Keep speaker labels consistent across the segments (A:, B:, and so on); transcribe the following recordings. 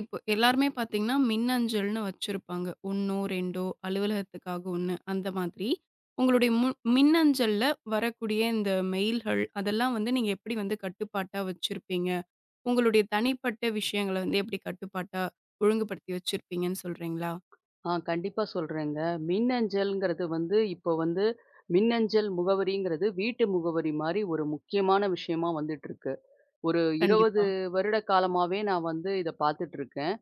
A: இப்போ எல்லாருமே பார்த்தீங்கன்னா, மின்னஞ்சல்னு வச்சிருப்பாங்க. 1ஓ, 2ஓ அலுவலகத்துக்காக 1 அந்த மாதிரி. உங்களுடைய மின்னஞ்சல்ல வரக்கூடிய இந்த மெயில்கள், அதெல்லாம் வந்து நீங்க எப்படி வந்து கட்டுப்பாட்டா வச்சிருப்பீங்க? உங்களுடைய தனிப்பட்ட விஷயங்கள வந்து எப்படி கட்டுப்பாட்டா ஒழுங்குபடுத்தி வச்சிருப்பீங்கன்னு சொல்றீங்களா?
B: கண்டிப்பா சொல்றேங்க. மின்னஞ்சல்ங்கிறது வந்து இப்போ வந்து மின்னஞ்சல் முகவரிங்கிறது வீட்டு முகவரி மாரி ஒரு முக்கியமான விஷயமா வந்துட்டுருக்கு. ஒரு 20
A: கண்டிப்பா.
B: வருட காலமாவே நான் வந்து இத பார்த்துட்டுருக்கேன்.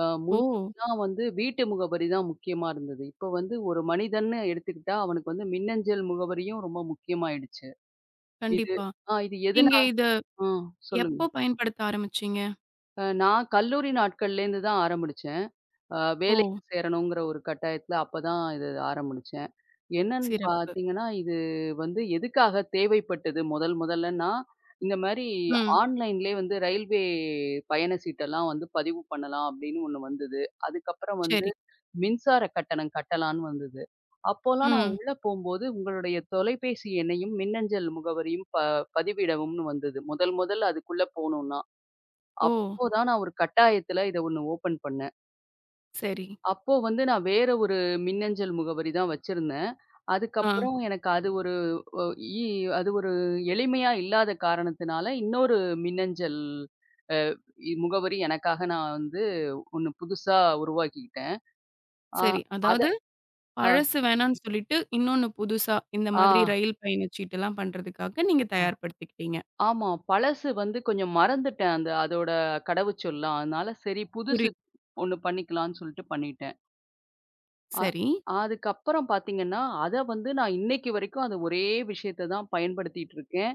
A: ஓ!
B: முன்னாடிலாம் வந்து வீட்டு முகவரி தான் முக்கியமா இருந்தது. இப்போ வந்து ஒரு மனிதன்னு எடுத்துக்கிட்டா அவனுக்கு வந்து மின்னஞ்சல் முகவரியும் ரொம்ப முக்கியமாயிடுச்சு. இது
A: கண்டிப்பா.
B: ஆ இது
A: நீங்க
B: எதுனா
A: இத
B: ஆ சொல்லுங்க.
A: எப்போ பயன்படுத்த ஆரம்பிச்சீங்க?
B: நான் கல்லூரி நாட்கள்லேருந்து தான் ஆரம்பிச்சேன். வேலைக்கு
A: ஓ!
B: சேரணுங்கிற ஒரு கட்டாயத்துல அப்பதான் இது ஆரம்பிச்சேன். என்னன்னு
A: சிறப்பு.
B: பார்த்தீங்கன்னா, இது வந்து எதுக்காக தேவைப்பட்டது முதல் முதல்லன்னா, இந்த மாரி
A: ம்.
B: ஆன்லைன்லயே வந்து ரயில்வே பயண சீட்டெல்லாம் வந்து பதிவு பண்ணலாம் அப்படின்னு ஒண்ணு வந்தது. அதுக்கப்புறம் வந்து
A: சரி.
B: மின்சார கட்டணம் கட்டலான்னு வந்தது. அப்போலாம் நான்
A: ம்.
B: உள்ள போம்போது, உங்களுடைய தொலைபேசி எண்ணையும், மின்னஞ்சல் முகவரியும் பதிவிடவும்ன்னு வந்தது. முதல் முதல்ல அதுக்குள்ள போனோம்னா.
A: ஓ!
B: அப்போதான் நான் ஒரு கட்டாயத்துல இத ஒண்ணு ஓப்பன் பண்ணேன்.
A: சரி.
B: அப்போ வந்து நான் வேற ஒரு மின்னஞ்சல் முகவரி தான் வச்சிருந்தேன்.
A: ஆ.
B: அதுக்கப்புறம் எனக்கு அது ஒரு ஒ இ அது ஒரு எளிமையா இல்லாத காரணத்தினால, இன்னொரு மின்னஞ்சல் அ இ முகவரி எனக்காக நான் வந்து ஒண்ணு புதுசா உருவாக்கிக்கிட்டேன். ஆ
A: சரி.
B: அத
A: அதாவது
B: அ
A: பழசு வேணான்னு சொல்லிட்டு, இன்னொன்னு புதுசா இந்த
B: ஆ
A: மாதிரி ரயில் பயணச்சீட்டுலாம் பண்றதுக்காக நீங்க
B: அ
A: தயார்படுத்திக்கிட்டீங்க.
B: ஆமா. பழசு வந்து கொஞ்சம் மறந்துட்டேன். அந்த அதோட கடவுச்சொல்லாம். அதனால சரி புதுசு
A: புரியுது.
B: ஒண்ணு பண்ணிக்கலான்னு சொல்லிட்டு பண்ணிட்டேன். அ
A: சரி.
B: அதுக்கப்புறம் பார்த்தீங்கன்னா, அத வந்து நான் இன்னைக்கு வரைக்கும் அந்த ஒரே விஷயத்த தான் பயன்படுத்திட்டு இருக்கேன்.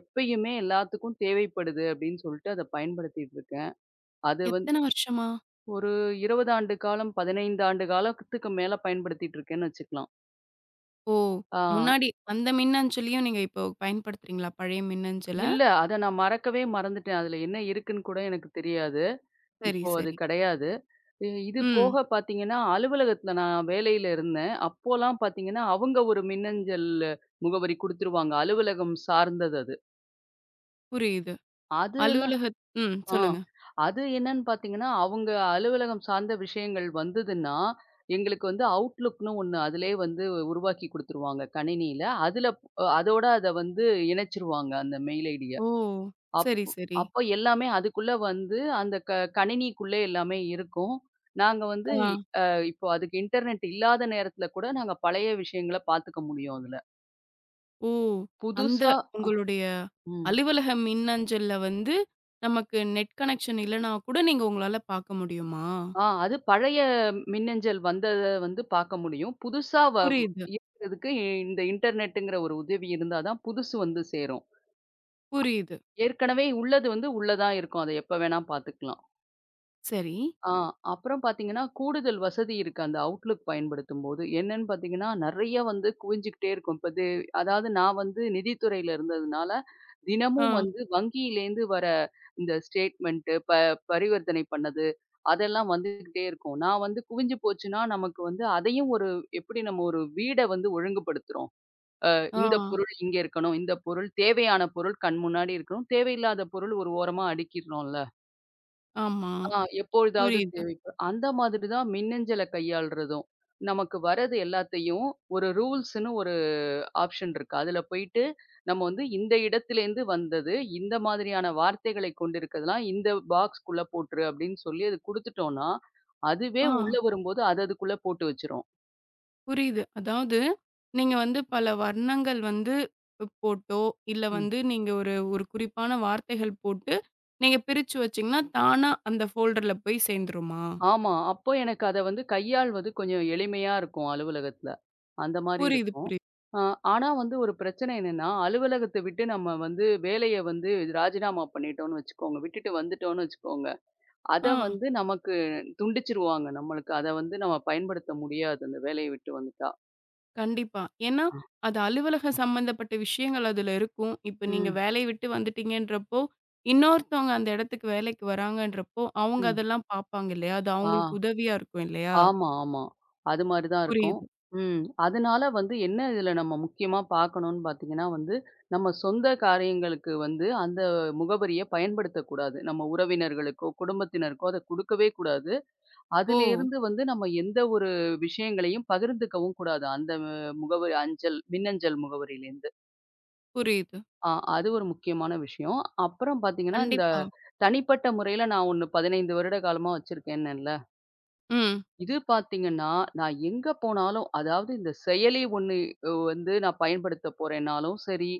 B: எப்பயுமே எல்லாத்துக்கும் தேவைப்படுது அப்படின்னு சொல்லிட்டு அத பயன்படுத்திட்டு இருக்கேன். அது வந்து
A: எத்தன வருஷமா?
B: ஒரு 20 ஆண்டு காலம், 15 ஆண்டு காலத்துக்கு மேல பயன்படுத்திட்டு இருக்கேன்னு வச்சுக்கலாம்.
A: ஓ!
B: ஆ
A: முன்னாடி அந்த மின்னஞ்சலையும் நீங்க இப்போ பயன்படுத்துறீங்களா? பழைய மின்னஞ்சல?
B: இல்ல அத நான் மறக்கவே மறந்துட்டேன். அதுல என்ன இருக்குன்னு கூட எனக்கு தெரியாது.
A: சரி,
B: இப்போ அது
A: சரி.
B: கிடையாது. இது
A: ம்.
B: போக பார்த்தீங்கன்னா, அலுவலகத்தில நான் வேலையில இருந்தேன். அப்போலாம் பார்த்தீங்கன்னா, அவங்க ஒரு மின்னஞ்சல் முகவரி குடுத்துருவாங்க. அலுவலகம் சார்ந்தது அது.
A: புரியுது.
B: அதுலாம்
A: ம்.
B: ஆ
A: சொல்லுங்க.
B: அது என்னன்னு பார்த்தீங்கன்னா, அவங்க அலுவலகம் சார்ந்த விஷயங்கள் வந்ததுன்னா, எங்களுக்கு வந்து அவுட்லுக்ன்னு ஒண்ணு அதிலேயே வந்து உருவாக்கி குடுத்துருவாங்க கணினியில. அதில அதோட அத வந்து இணைச்சிருவாங்க அந்த மெயில் ஐடிய.
A: ஓ!
B: அப்
A: சரி, சரி.
B: அப்போ எல்லாமே அதுக்குள்ள வந்து அந்த கணினிக்குள்ளே எல்லாமே இருக்கும். நாங்க வந்து
A: ஆ.
B: அ இப்போ அதுக்கு இன்டர்நெட் இல்லாத நேரத்துல கூட நாங்க பழைய விஷயங்கள பாத்துக்க முடியும் அதுல.
A: ஓ! அந்த
B: புதுசா அ
A: உங்களுடைய
B: ம்.
A: அலுவலக மின்னஞ்சல்ல வந்து நமக்கு நெட் கனெக்ஷன் இல்லன்னா கூட நீங்க உங்களால பாக்க முடியுமா?
B: அது பழைய மின்னஞ்சல் வந்தத வந்து பாக்க முடியும். புதுசா வ
A: புரியுது,
B: இருக்கிறதுக்கு இந்த இன்டர்நெட்டுங்கிற ஒரு உதவி இருந்தா தான் புதுசு வந்து சேரும்.
A: புரியுது.
B: ஏற்கனவே உள்ளது வந்து உள்ள தான் இருக்கும். அத எப்ப வேணா பாத்துக்கலாம்.
A: சரி.
B: ஆ அப்புறம் பார்த்தீங்கன்னா, கூடுதல் வசதி இருக்கு அந்த அவுட்லுக் பயன்படுத்தும்போது. என்னன்னு பார்த்தீங்கன்னா, நெறைய வந்து குவிஞ்சுகிட்டே இருக்கும். இப்ப இது அதாவது நான் வந்து நிதித்துறையில இருந்ததுனால,
A: ஆ,
B: தினமும் வந்து வங்கியிலேருந்து வர இந்த ஸ்டேட்மெண்ட்டு, பரிவர்த்தனை பண்ணது, அதெல்லாம் வந்துகிட்டே இருக்கும். நான் வந்து குவிஞ்சு போச்சுன்னா, நமக்கு வந்து அதையும் ஒரு எப்படி நம்ம ஒரு வீட வந்து ஒழுங்குபடுத்துறோம்.
A: ஆ,
B: இந்த பொருள் இங்க இருக்கணும், இந்த பொருள் தேவையான பொருள் கண் முன்னாடி இருக்கணும், தேவையில்லாத பொருள் ஒரு ஓரமா அடுக்கிர்றோம்ல.
A: ஆமா.
B: எப்பொழுதாவது
A: புரியுது.
B: தேவைப்படும். அந்த மாதிரி தான் மின்னஞ்சல கையாள்றதும். நமக்கு வர்றது எல்லாத்தையும் ஒரு ரூல்ஸ்ன்னு ஒரு ஆப்ஷன் இருக்கு. அதுல போயிட்டு நம்ம வந்து இந்த இடத்திலேருந்து வந்தது, இந்த மாதிரியான வார்த்தைகளை கொண்டிருக்கிறதெல்லாம் இந்த பாக்ஸ்க்குள்ள போட்டுரு அப்படின்னு சொல்லி அது குடுத்துட்டோம்னா, அதுவே
A: ஆ,
B: உள்ள வரும்போது அது அதுக்குள்ள போட்டு வச்சுரும்.
A: புரியுது. அதாவது நீங்க வந்து பல வர்ணங்கள் வந்து போட்டோ, இல்ல
B: ம்.
A: வந்து நீங்க ஒரு ஒரு குறிப்பான வார்த்தைகள் போட்டு, நீங்க பிரிச்சு வச்சீங்கன்னா, தானா அந்த ஃபோல்டர்ல போய் சேர்ந்துருமா?
B: ஆமா. அப்போ எனக்கு அத வந்து கையாள்வது கொஞ்சம் எளிமையா இருக்கும் அலுவலகத்துல. அந்த மாரி
A: புரியுது,
B: இருக்கும்.
A: புரியுது.
B: அ ஆனா வந்து ஒரு பிரச்சனை என்னன்னா, அலுவலகத்த விட்டு நம்ம வந்து வேலைய வந்து ராஜினாமா பண்ணிட்டோம்னு வச்சுக்கோங்க. விட்டுட்டு வந்துட்டோம்னு வச்சுக்கோங்க. அத
A: ஆ,
B: வந்து நமக்கு துண்டிச்சுருவாங்க. நம்மளுக்கு அத வந்து நம்ம பயன்படுத்த முடியாது அந்த வேலைய விட்டு வந்துட்டா.
A: கண்டிப்பா. ஏன்னா, அது அலுவலக சம்மந்தப்பட்ட விஷயங்கள் அதுல இருக்கும். இப்ப நீங்க
B: ம்.
A: வேலைய விட்டு வந்துட்டீங்கன்றப்போ, இன்னொருத்தவங்க அந்த இடத்துக்கு வேலைக்கு வராங்கன்றப்போ, அவங்க
B: ம்.
A: அதெல்லாம் பார்ப்பாங்க இல்லையா? அது
B: ஆ.
A: அவங்களுக்கு உதவியா இருக்கும் இல்லையா?
B: ஆமா, ஆமா. அது மாரி தான் இருக்கும்.
A: புரியுது.
B: ம். அதனால வந்து என்ன இதுல நம்ம முக்கியமா பார்க்கணும்னு பார்த்தீங்கன்னா வந்து, நம்ம சொந்த காரியங்களுக்கு வந்து அந்த முகவரிய பயன்படுத்தக்கூடாது. நம்ம உறவினர்களுக்கோ, குடும்பத்தினருக்கோ அத குடுக்கவே கூடாது.
A: ஓ!
B: அதிலேருந்து வந்து நம்ம எந்த ஒரு விஷயங்களையும் பகிர்ந்துக்கவும் கூடாது. அந்த முகவரி அஞ்சல் மின்னஞ்சல் முகவரியிலேருந்து.
A: புரியுது.
B: ஆ அது ஒரு முக்கியமான விஷயம். அப்புறம் பார்த்தீங்கன்னா, இந்த
A: கண்டிப்பா.
B: தனிப்பட்ட முறையில நான் ஒண்ணு 15 வருட காலமா வச்சிருக்கேன்னேன்ல.
A: ம்,
B: இது பார்த்தீங்கன்னா, நான் எங்க போனாலும் அதாவது இந்த செயலி ஒண்ணு வந்து நான் பயன்படுத்த போறேன்னாலும் சரி,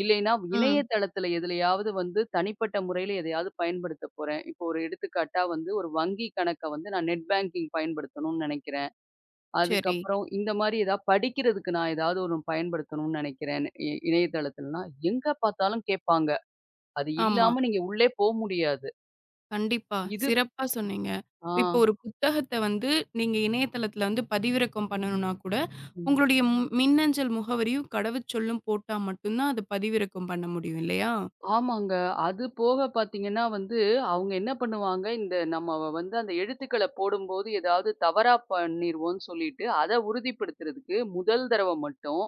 B: இல்லைன்னா
A: ம்.
B: இணையதளத்தில எதுலயாவது வந்து தனிப்பட்ட முறையில எதையாவது பயன்படுத்த போறேன். இப்போ ஒரு எடுத்துக்காட்டா வந்து ஒரு வங்கி கணக்க வந்து நான் நெட் பேங்கிங் பயன்படுத்தணும்னு நெனைக்கிறேன்.
A: சரி.
B: அதுக்கப்புறம் இந்த மாரி ஏதாவது படிக்கிறதுக்கு நான் ஏதாவது ஒண்ணு பயன்படுத்தணும்னு நெனைக்கிறேன். இணையதளத்திலனா எங்க பார்த்தாலும் கேட்பாங்க. அது
A: ஆமா.
B: இல்லாம நீங்க உள்ளே போ முடியாது.
A: கண்டிப்பா.
B: இது
A: சிறப்பா சொன்னீங்க.
B: ஆ.
A: இப்போ ஒரு புத்தகத்த வந்து நீங்க இணையதளத்துல வந்து பதிவிறக்கம் பண்ணணும்னா கூட,
B: ம்.
A: உங்களுடைய ம் மின்னஞ்சல் முகவரியும், கடவுச்சொல்லும் போட்டா மட்டும் தான் அது பதிவிறக்கம் பண்ண முடியும் இல்லையா?
B: ஆமாங்க. அது போக பார்த்தீங்கன்னா வந்து, அவங்க என்ன பண்ணுவாங்க, இந்த நம்ம வந்து அந்த எழுத்துக்கள போடும்போது ஏதாவது தவறா பண்ணிருவோம்ன்னு சொல்லிட்டு, அத உறுதிப்படுத்துறதுக்கு முதல் தடவ மட்டும்,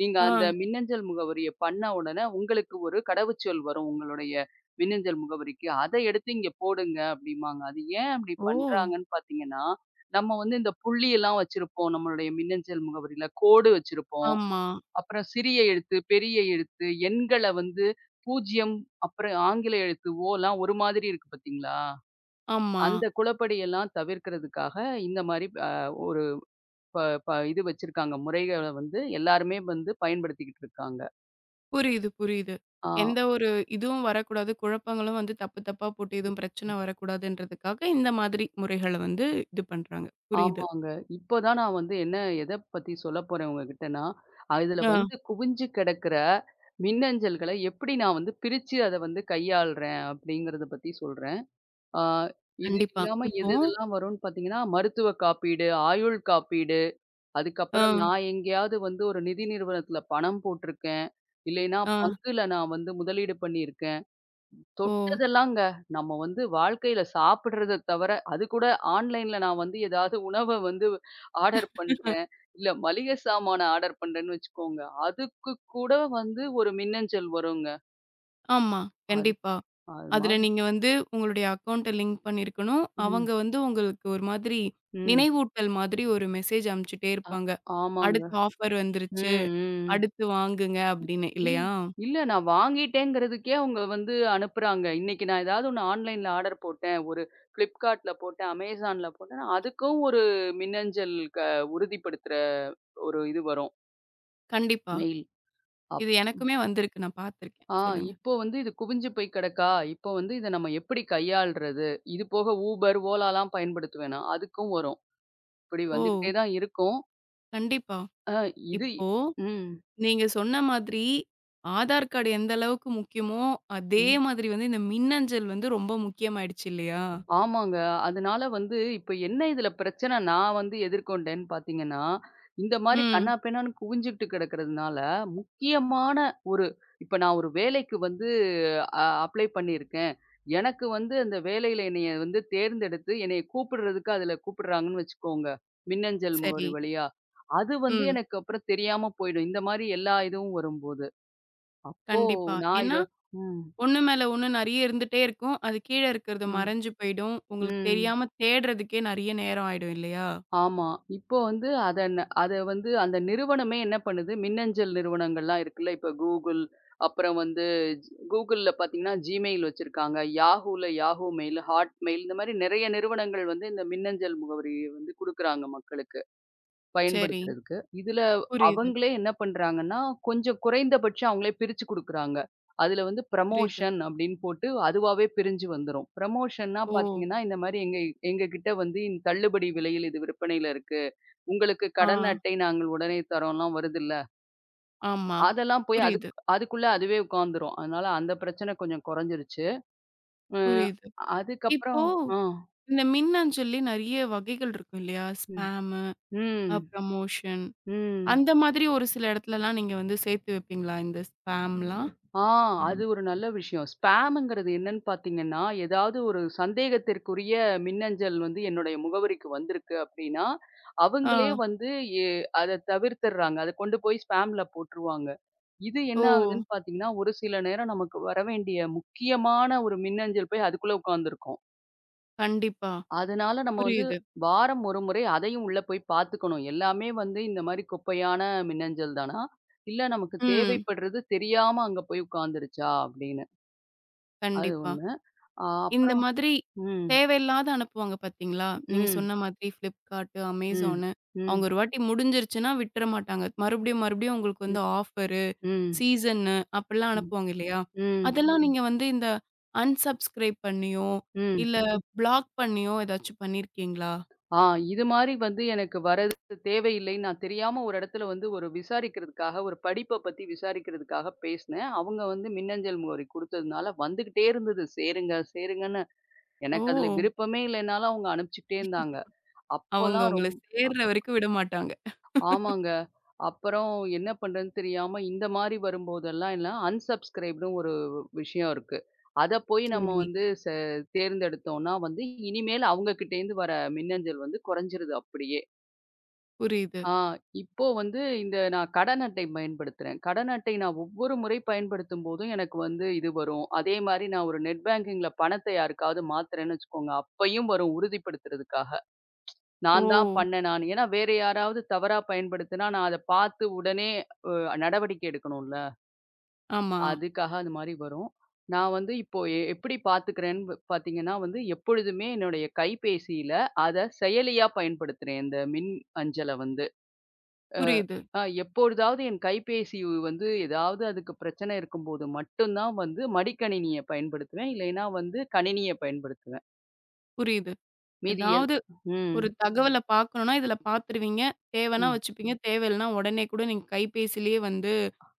B: நீங்க
A: ஆ.
B: அந்த மின்னஞ்சல் முகவரிய பண்ண உடனே உங்களுக்கு ஒரு கடவுச்சொல் வரும் உங்களுடைய மின்னஞ்சல் முகவரிக்கு. அத எடுத்து இங்க போடுங்க அப்படிம்பாங்க. அது ஏன் அப்படி
A: ஓ!
B: பண்றாங்கன்னு பார்த்தீங்கன்னா, நம்ம வந்து இந்த புள்ளியெல்லாம் வச்சிருப்போம் நம்மளுடைய மின்னஞ்சல் முகவரியில, கோடு வச்சிருப்போம்.
A: ஆமா,
B: அப்புறம் சிறிய எழுத்து, பெரிய எழுத்து, எண்கள வந்து 0 அப்புறம் ஆங்கில எழுத்து ஓலாம் ஒரு மாதிரி இருக்கு பார்த்தீங்களா?
A: ஆமா.
B: அந்த குழப்படி எல்லாம் தவிர்க்கிறதுக்காக இந்த மாரி ஒரு ப ப இது வச்சிருக்காங்க. முறைகள வந்து எல்லாருமே வந்து பயன்படுத்திக்கிட்டு இருக்காங்க.
A: புரியுது, புரியுது.
B: ஆ
A: எந்த ஒரு இதுவும் வரக்கூடாது. குழப்பங்களும் வந்து தப்பு தப்பா போட்டு எதுவும் பிரச்சனை வரக்கூடாதுன்றதுக்காக, இந்த மாதிரி முறைகள வந்து இது பண்றாங்க. புரியுது.
B: ஆமாங்க. இப்போ தான் நான் வந்து என்ன எத பத்தி சொல்லப் போறேன் உங்ககிட்டன்னா, அதுல
A: ஆ.
B: வந்து குவிஞ்சு கிடக்கிற மின்னஞ்சல்கள எப்படி நான் வந்து பிரிச்சு அத வந்து கையாள்றேன் அப்படிங்கிறத பத்தி சொல்றேன். ஆ இது
A: கண்டிப்பா.
B: இல்லாம
A: இப்போ
B: எது எதெல்லாம் வரும்ன்னு பார்த்தீங்கன்னா, மருத்துவ காப்பீடு, ஆயுள் காப்பீடு,
A: ஆ,
B: அதுக்கப்புறம் நான் எங்கேயாவது வந்து ஒரு நிதி நிறுவனத்தில பணம் போட்டிருக்கேன். இல்லைன்னா
A: ஆ.
B: பங்குல நான் வந்து முதலீடு பண்ணியிருக்கேன்.
A: ஓ!
B: தொட்டதெல்லாங்க. நம்ம வந்து வாழ்க்கையில சாப்பிடுறத தவிர, அது கூட ஆன்லைன்ல நான் வந்து ஏதாவது உணவ வந்து ஆர்டர் பண்றேன். இல்ல மளிகை சாமான ஆர்டர் பண்றேன்னு வச்சுக்கோங்க. அதுக்கு கூட வந்து ஒரு மின்னஞ்சல் வருங்க.
A: ஆமா.
B: அது
A: கண்டிப்பா.
B: அது
A: அதுல
B: மாரி
A: நீங்க வந்து உங்களுடைய அக்கவுண்ட்ட லிங்க் பண்ணியிருக்கணும்.
B: ம்,
A: அவங்க வந்து உங்களுக்கு ஒரு மாதிரி
B: ம்.
A: நினைவூட்டல் மாதிரி ஒரு மெசேஜ் அனுப்பிச்சுட்டே
B: அ
A: இருப்பாங்க.
B: ஆமாங்க.
A: அடுத்த ஆஃபர்
B: ம்,
A: வந்துருச்சு.
B: ம்.
A: அடுத்து வாங்குங்க அப்படின்னு
B: இல்
A: இல்லையா?
B: இல்ல நான் வாங்கிட்டேங்கிறதுக்கே அவங்க வந்து அனுப்புறாங்க. இன்னைக்கு நான் ஏதாவது ஒண்ணு ஆன்லைன்ல ஆர்டர் போட்டேன். ஒரு Flipkartல போட்டேன், Amazonல போட்டேன்னா, அதுக்கும் ஒரு மின்னஞ்சல் உறுதிப்படுத்துற ஒரு இது வரும்.
A: கண்டிப்பா.
B: மெயில். அப்
A: இது எனக்குமே வந்திருக்கு. நான் பார்த்துருக்கேன்.
B: ஆ
A: சொல்லுங்க.
B: இப்போ வந்து இது குவிஞ்சு போய் கிடக்கா? இப்போ வந்து இத நம்ம எப்படி கையாள்றது? இது போக Uber, Olaலாம் பயன்படுத்துவேனா? அதுக்கும் வரும். இப்படி
A: ஓ!
B: வந்துகிட்டே தான் இருக்கும்.
A: கண்டிப்பா.
B: அ இது
A: இப்போ
B: ம்.
A: நீங்க சொன்ன மாதிரி ஆதார் கார்டு எந்த அளவுக்கு முக்கியமோ, அதே
B: ம்.
A: மாதிரி வந்து இந்த மின்னஞ்சல் வந்து ரொம்ப முக்கியமாயிடுச்சு இல்லையா?
B: ஆமாங்க. அதனால வந்து இப்ப என்ன இதுல பிரச்சனை நான் வந்து எதிர்கொண்டேன்னு பார்த்தீங்கன்னா, இந்த மாரி
A: ம்.
B: கன்னா பின்னான்னு குவிஞ்சுகிட்டு கிடக்கிறதுனால, முக்கியமான ஒரு இப்ப நான் ஒரு வேலைக்கு வந்து அப்ளை பண்ணியிருக்கேன். எனக்கு வந்து அந்த வேலையில என்னைய வந்து தேர்ந்தெடுத்து என்னைய கூப்பிடுறதுக்கு அதுல கூப்பிடுறாங்கன்னு வச்சுக்கோங்க. மின்னஞ்சல்
A: சரி.
B: முகவரி வழியா. அது வந்து
A: ம்.
B: எனக்கு அப்புறம் தெரியாம போயிடும். இந்த மாரி எல்லா இதுவும் வரும்போது. அப்போ
A: கண்டிப்பா.
B: நான் இத
A: ஏன்னா,
B: ம்.
A: ஒண்ணு மேல ஒண்ணு நெறைய இருந்துட்டே இருக்கும். அது கீழ இருக்கிறது
B: ம்.
A: மறைஞ்சு போயிடும். உங்களுக்கு
B: ம்.
A: தெரியாம தேடுறதுக்கே நெறைய நேரம் ஆயிடும் இல்லையா?
B: ஆமா. இப்போ வந்து அத வந்து அந்த நிறுவனமே என்ன பண்ணுது, மின்னஞ்சல் நிறுவனங்கள்லாம் இருக்குல்ல. இப்ப Google, அப்புறம் வந்து Googleல பார்த்தீங்கன்னா, Gmail வச்சிருக்காங்க. Yahooல Yahoo Mail, Hotmail இந்த மாரி நெறைய நிறுவனங்கள் வந்து இந்த மின்னஞ்சல் முகவரிய வந்து குடுக்குறாங்க மக்களுக்கு,
A: சரி.
B: பயன்படுத்துறதுக்கு. இதுல
A: புரியுது,
B: அவங்களே என்ன பண்றாங்கன்னா, கொஞ்சம் குறைந்தபட்சம் அவங்களே பிரிச்சு குடுக்குறாங்க. அதுல வந்து
A: புரியுது.
B: ப்ரமோஷன் அப்படின்னு போட்டு அதுவாவே பிரிஞ்சு வந்துரும். ப்ரமோஷன்னா
A: ஓ!
B: பார்த்தீங்கன்னா, இந்த மாரி எங்க எங்ககிட்ட வந்து இந்த தள்ளுபடி விலையில் இது விற்பனையில இருக்கு. உங்களுக்கு
A: ஆ,
B: கடன் அட்டை நாங்கள் உடனே தரோம்லாம் வருதுல்ல.
A: ஆமா.
B: அதெல்லாம் போய்
A: புரியுது,
B: அதுக்குள்ள அதுவே உட்காந்துரும். அதனால அந்த பிரச்சனை கொஞ்சம் குறைஞ்சிருச்சு. அ
A: புரியுது. இப்போ
B: அதுக்கப்புறம் ஆ.
A: இந்த மின்னஞ்சல்லயே நெறைய வகைகள் இருக்கும் இல்லையா?
B: ம்.
A: ஸ்பேமு,
B: ம்.
A: ப்ரமோஷன்
B: ம்.
A: அந்த மாதிரி ஒரு சில இடத்துலலாம் நீங்க வந்து சேர்த்து வைப்பீங்களா? இந்த ஸ்பேம்லாம்?
B: ஆ அது ஒரு நல்ல விஷயம். ஸ்பேம்ங்கிறது என்னன்னு பார்த்தீங்கன்னா, ஏதாவது ஒரு சந்தேகத்திற்குரிய மின்னஞ்சல் வந்து என்னுடைய முகவரிக்கு வந்திருக்கு அப்டின்னா, அவங்களே
A: ஆ.
B: வந்து எ அத தவிர்த்துடுறாங்க. அத கொண்டு போய் ஸ்பேம்ல போட்டுருவாங்க. இது என்ன
A: ஓ!
B: ஆகுதுன்னு பார்த்தீங்கன்னா, ஒரு சில நேரம் நமக்கு வர வேண்டிய முக்கியமான ஒரு மின்னஞ்சல் போய் அதுக்குள்ள உட்காந்துருக்கும்.
A: கண்டிப்பா.
B: அதனால நம்ம வந்து
A: புரியுது.
B: வாரம் ஒரு முறை அதையும் உள்ள போய் பார்த்துக்கணும். எல்லாமே வந்து இந்த மாரி குப்பையான மின்னஞ்சல் தானா? இல்ல நமக்கு
A: ம்.
B: தேவைப்படுறது தெரியாம அங்க போய் உட்காந்துருச்சா? அப்டின்னு. அது
A: கண்டிப்பா.
B: ஒண்ணு.
A: இந்த
B: அப்புறம்
A: மாதிரி
B: ம்,
A: தேவையில்லாத அனுப்புவாங்க பார்த்தீங்களா? நீங்க
B: ம்,
A: சொன்ன மாதிரி Flipkart,
B: ம்,
A: Amazon
B: ம்,
A: அவங்க ஒரு வாட்டி முடிஞ்சிருச்சுன்னா விட்டுற மாட்டாங்க. மறுபடியும் மறுபடியும் உங்களுக்கு
B: ம்,
A: வந்து ஆஃபரு,
B: ம்,
A: சீசன்னு அப்படிலாம் அனுப்புவாங்க இல்லையா?
B: ம்,
A: அதெல்லாம் ம். நீங்க வந்து இந்த அன்சப்ஸ்கிரைப் பண்ணியோ,
B: ம்.
A: இல்ல ப்ளாக் பண்ணியோ ஏதாச்சும் பண்ணியிருக்கீங்களா?
B: ஆ இது மாரி வந்து எனக்கு வரது தேவையில்லைன்னு நான் தெரியாம ஒரு இடத்துல வந்து ஒரு விசாரிக்கிறதுக்காக, ஒரு படிப்ப பத்தி விசாரிக்கிறதுக்காக பேசினேன். அவங்க வந்து மின்னஞ்சல் முகவரி குடுத்ததுனால வந்துகிட்டே இருந்தது. சேருங்க, சேருங்கன்னு.
A: ஓ!
B: எனக்கு அதுல விருப்பமே இல்லைனாலும் அவங்க அனுப்பிச்சுட்டே இருந்தாங்க.
A: அவங்க
B: அப்போலாம்
A: உங்கள
B: ரொம்ப
A: சேர்ற வரைக்கும் விடமாட்டாங்க.
B: ஆமாங்க. அப்புறம் என்ன பண்றதுன்னு தெரியாம, இந்த மாரி வரும்போதெல்லாம் எல்லாம் அன்சப்ஸ்கிரைப்டுன்னு ஒரு விஷயம் இருக்கு. அத போய் நம்ம
A: சரி.
B: வந்து தேர்ந்தெடுத்தோம்னா வந்து, இனிமேல் அவங்ககிட்டேருந்து வர மின்னஞ்சல் வந்து குறைஞ்சிருது அப்படியே.
A: புரியுது.
B: ஆ இப்போ வந்து இந்த நான் கடன் அட்டை பயன்படுத்துறேன். கடன் அட்டை நான் ஒவ்வொரு முறை பயன்படுத்தும்போதும் எனக்கு வந்து இது வரும். அதே மாரி நான் ஒரு நெட் பேங்கிங்ல பணத்தை யாருக்காவது மாத்துறேன்னு வச்சுக்கோங்க, அப்பயும் வரும் உறுதிப்படுத்துறதுக்காக.
A: ஓ!
B: நான் தான் பண்ணேன் நானு. ஏன்னா வேற யாராவது தவறா பயன்படுத்தினா, நான் அத பார்த்து உடனே அ நடவடிக்கை எடுக்கணும்ல.
A: ஆமா.
B: அதுக்காக அது மாரி வரும். நான் வந்து இப்போ எப்படி பார்த்துக்கிறேன்னு பார்த்தீங்கன்னா வந்து, எப்பொழுதுமே என்னுடைய கைபேசியில அத செயலியா பயன்படுத்துறேன். இந்த அஞ்சல வந்து. அ
A: புரியுது,
B: அ எப்பொழுதாவது என் கைபேசி வந்து ஏதாவது அதுக்கு பிரச்சனை இருக்கும்போது மட்டும் தான் வந்து மடிக்கணினிய பயன்படுத்துவேன். இல்லைன்னா வந்து கணினிய பயன்படுத்துவேன்.
A: புரியுது.
B: மீதி எல்
A: ஏதாவது
B: ம்.
A: ஒரு தகவல பார்க்கணும்னா, இதுல பார்த்துருவீங்க. தேவைன்னா
B: ம்.
A: வச்சுப்பீங்க. தேவையில்லன்னா உடனே கூட நீங்க கைபேசியிலேயே வந்து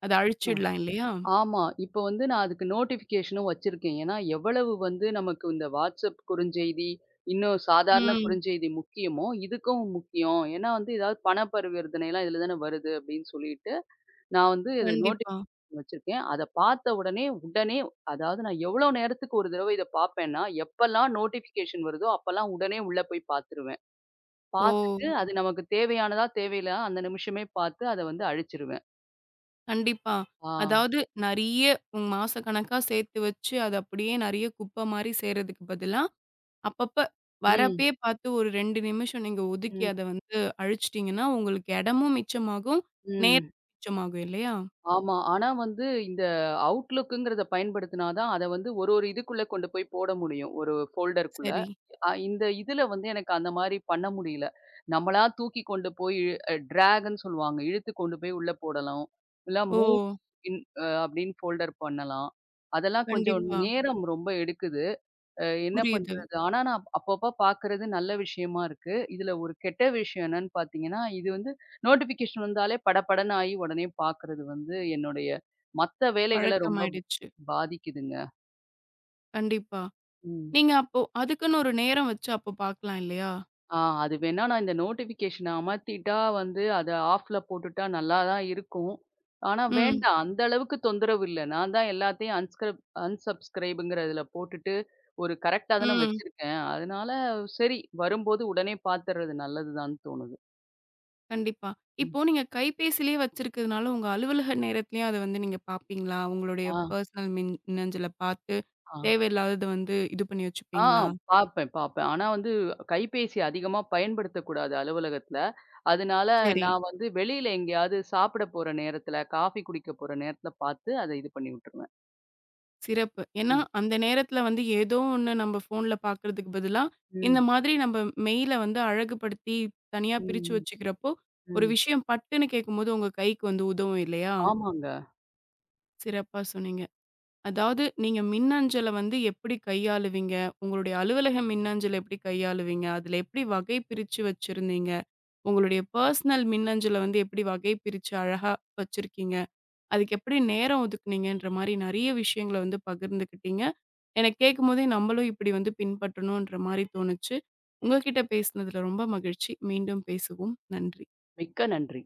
A: அத
B: ஆ.
A: அழிச்சிடலாம் இல்லையா?
B: ஆமா. இப்ப வந்து நான் அதுக்கு நோட்டிஃபிகேஷனும் வச்சிருக்கேன். ஏன்னா, எவ்வளவு வந்து நமக்கு இந்த WhatsApp குறுஞ்செய்தி, இன்னும் சாதாரண
A: ம்.
B: குறுஞ்செய்தி முக்கியமோ, இதுக்கும் முக்கியம். ஏன்னா வந்து ஏதாவது பண பரிவர்த்தனைலாம் இதில தானே வருது அப்படின்னு சொல்லிட்டு, நான் வந்து இது
A: கண்டிப்பா.
B: நோட்டிஃபிகேஷன் வச்சிருக்கேன். அத பார்த்த உடனே, உடனே அதாவது நான் எவ்வளோ நேரத்துக்கு ஒரு தடவை இத பார்ப்பேன்னா, எப்பலாம் நோட்டிஃபிகேஷன் வருதோ, அப்பலாம் உடனே உள்ள போய் பார்த்துருவேன்.
A: ஓ!
B: பார்த்துட்டு அது நமக்கு தேவையானதா, தேவையில்லையா அந்த நிமிஷமே பார்த்து அத வந்து அழிச்சிருவேன்.
A: கண்டிப்பா.
B: ஆ.
A: அதாவது நெறைய மாச கணக்கா சேர்த்து வச்சு, அது அப்படியே நெறைய குப்பை மாரி சேர்றதுக்கு பதிலா, அப்பப்ப
B: ம்.
A: வரப்பயே பார்த்து ஒரு 2 நிமிஷம் நீங்க ஒதுக்கி
B: ம்.
A: அத வந்து அழிச்சிட்டீங்கன்னா, உங்களுக்கு இடமும் மிச்சமாகும், நேரம்
B: ம்.
A: மிச்சமாகும் இல்லையா?
B: ஆமா. ஆனா வந்து இந்த அவுட்லுக்குங்கிறத பயன்படுத்தினா தான், அத வந்து ஒரு ஒரு இதுக்குள்ள கொண்டு போய் போட முடியும். ஒரு ஃபோல்டருக்குள்ள.
A: சரி.
B: இந்த இதுல வந்து எனக்கு அந்த மாரி பண்ண முடியல. நம்மளா தூக்கி கொண்டு போய் டிராக்ன்னு சொல்லுவாங்க. இழுத்து கொண்டு போய் உள்ள போடலாம். இல்ல
A: ஓ!
B: மூவ் இன் அப்படின்னு ஃபோல்டர் பண்ணலாம். அதெல்லாம் கொஞ்சம்
A: கண்டிப்பா.
B: நேரம் ரொம்ப எடுக்குது. என்ன
A: புரியுது.
B: பண்றது? ஆனா நான் அப்பப்ப பார்க்குறது நல்ல விஷயமா இருக்கு. இதுல ஒரு கெட்ட விஷயம் என்னன்னு பார்த்தீங்கன்னா, இது வந்து நோட்டிஃபிகேஷன் வந்தாலே படபடன்னு ஆயி உடனே பார்க்குறது வந்து என்னுடைய மத்த வேலைகள ரொம்ப
A: பழக்கமாயிடுச்சு.
B: பாதிக்குதுங்க.
A: கண்டிப்பா.
B: ம்.
A: நீங்க அப்போ அதுக்குன்னு ஒரு நேரம் வச்சு அப்போ பார்க்கலாம் இல்லையா?
B: அது வேணா நான் இந்த நோட்டிஃபிகேஷன அமர்த்திட்டா வந்து, அத ஆஃப்ல போட்டுட்டா நல்லா தான் இருக்கும். ஆனா
A: ம்,
B: வேண்டாம். அந்த அளவுக்கு தொந்தரவு இல்ல. நான் தான் எல்லாத்தையும் அன்சப்ஸ்கிரைப்ங்கிற இதுல போட்டுட்டு, ஒரு கரெக்ட்டா தானே
A: ம்.
B: வச்சிருக்கேன். அதனால சரி, வரும்போது உடனே பார்த்துறது நல்லது தான்னு தோணுது.
A: கண்டிப்பா.
B: ம்.
A: இப்போ நீங்க கைபேசியிலேயே வச்சிருக்கிறதுனால, உங்க அலுவலக நேரத்திலயும் அத வந்து நீங்க பார்ப்பீங்களா? உங்களுடைய
B: ஆ,
A: பர்சனல் மின் மின்னஞ்சல பார்த்து,
B: ஆ.
A: தேவையில்லாதத வந்து இது பண்ணி
B: ஆ
A: வச்சுப்பீங்களா?
B: பார்ப்பேன், பார்ப்பேன். ஆனா வந்து கைபேசி அதிகமா பயன்படுத்தக்கூடாது அலுவலகத்துல. அதனால
A: சரி,
B: நான் வந்து வெளியில எங்கேயாவது சாப்பிட போற நேரத்துல, காஃபி குடிக்க போற நேரத்துல பார்த்து, அத இது பண்ணி விட்டுருவேன்.
A: சிறப்பு. ஏன்னா,
B: ம்.
A: அந்த நேரத்தில வந்து ஏதோ ஒண்ணு நம்ம ஃபோன்ல பார்க்கறதுக்கு பதிலா, இந்த
B: ம்.
A: மாதிரி நம்ம மெயில வந்து அழகுபடுத்தி தனியா பிரிச்சு
B: ம்.
A: வச்சுக்கிறப்போ, ஒரு
B: ம்.
A: விஷயம் பட்டுன்னு கேட்கும்போது உங்க கைக்கு வந்து உதவும் இல்லையா?
B: ஆமாங்க.
A: சிறப்பா சொன்னீங்க. அதாவது நீங்க மின்னஞ்சல வந்து எப்படி கையாளுவீங்க? உங்களுடைய அலுவலக மின்னஞ்சல எப்படி கையாளுவீங்க? அதுல எப்படி வகை பிரிச்சு வச்சிருந்தீங்க? உங்களுடைய பர்சனல் மின்னஞ்சல வந்து எப்படி வகை பிரிச்சு அழகா வச்சிருக்கீங்க? அதுக்கு எப்படி நேரம் ஒதுக்குனீங்கன்ற மாரி நெறைய விஷயங்கள வந்து பகிர்ந்துக்கிட்டீங்க. எனக்கு கேட்கும்போதே நம்மளும் இப்படி வந்து பின்பற்றணுன்ற மாரி தோணுச்சு. உங்க கிட்ட பேசினதுல ரொம்ப மகிழ்ச்சி. மீண்டும் பேசுவோம். நன்றி.
B: மிக்க நன்றி.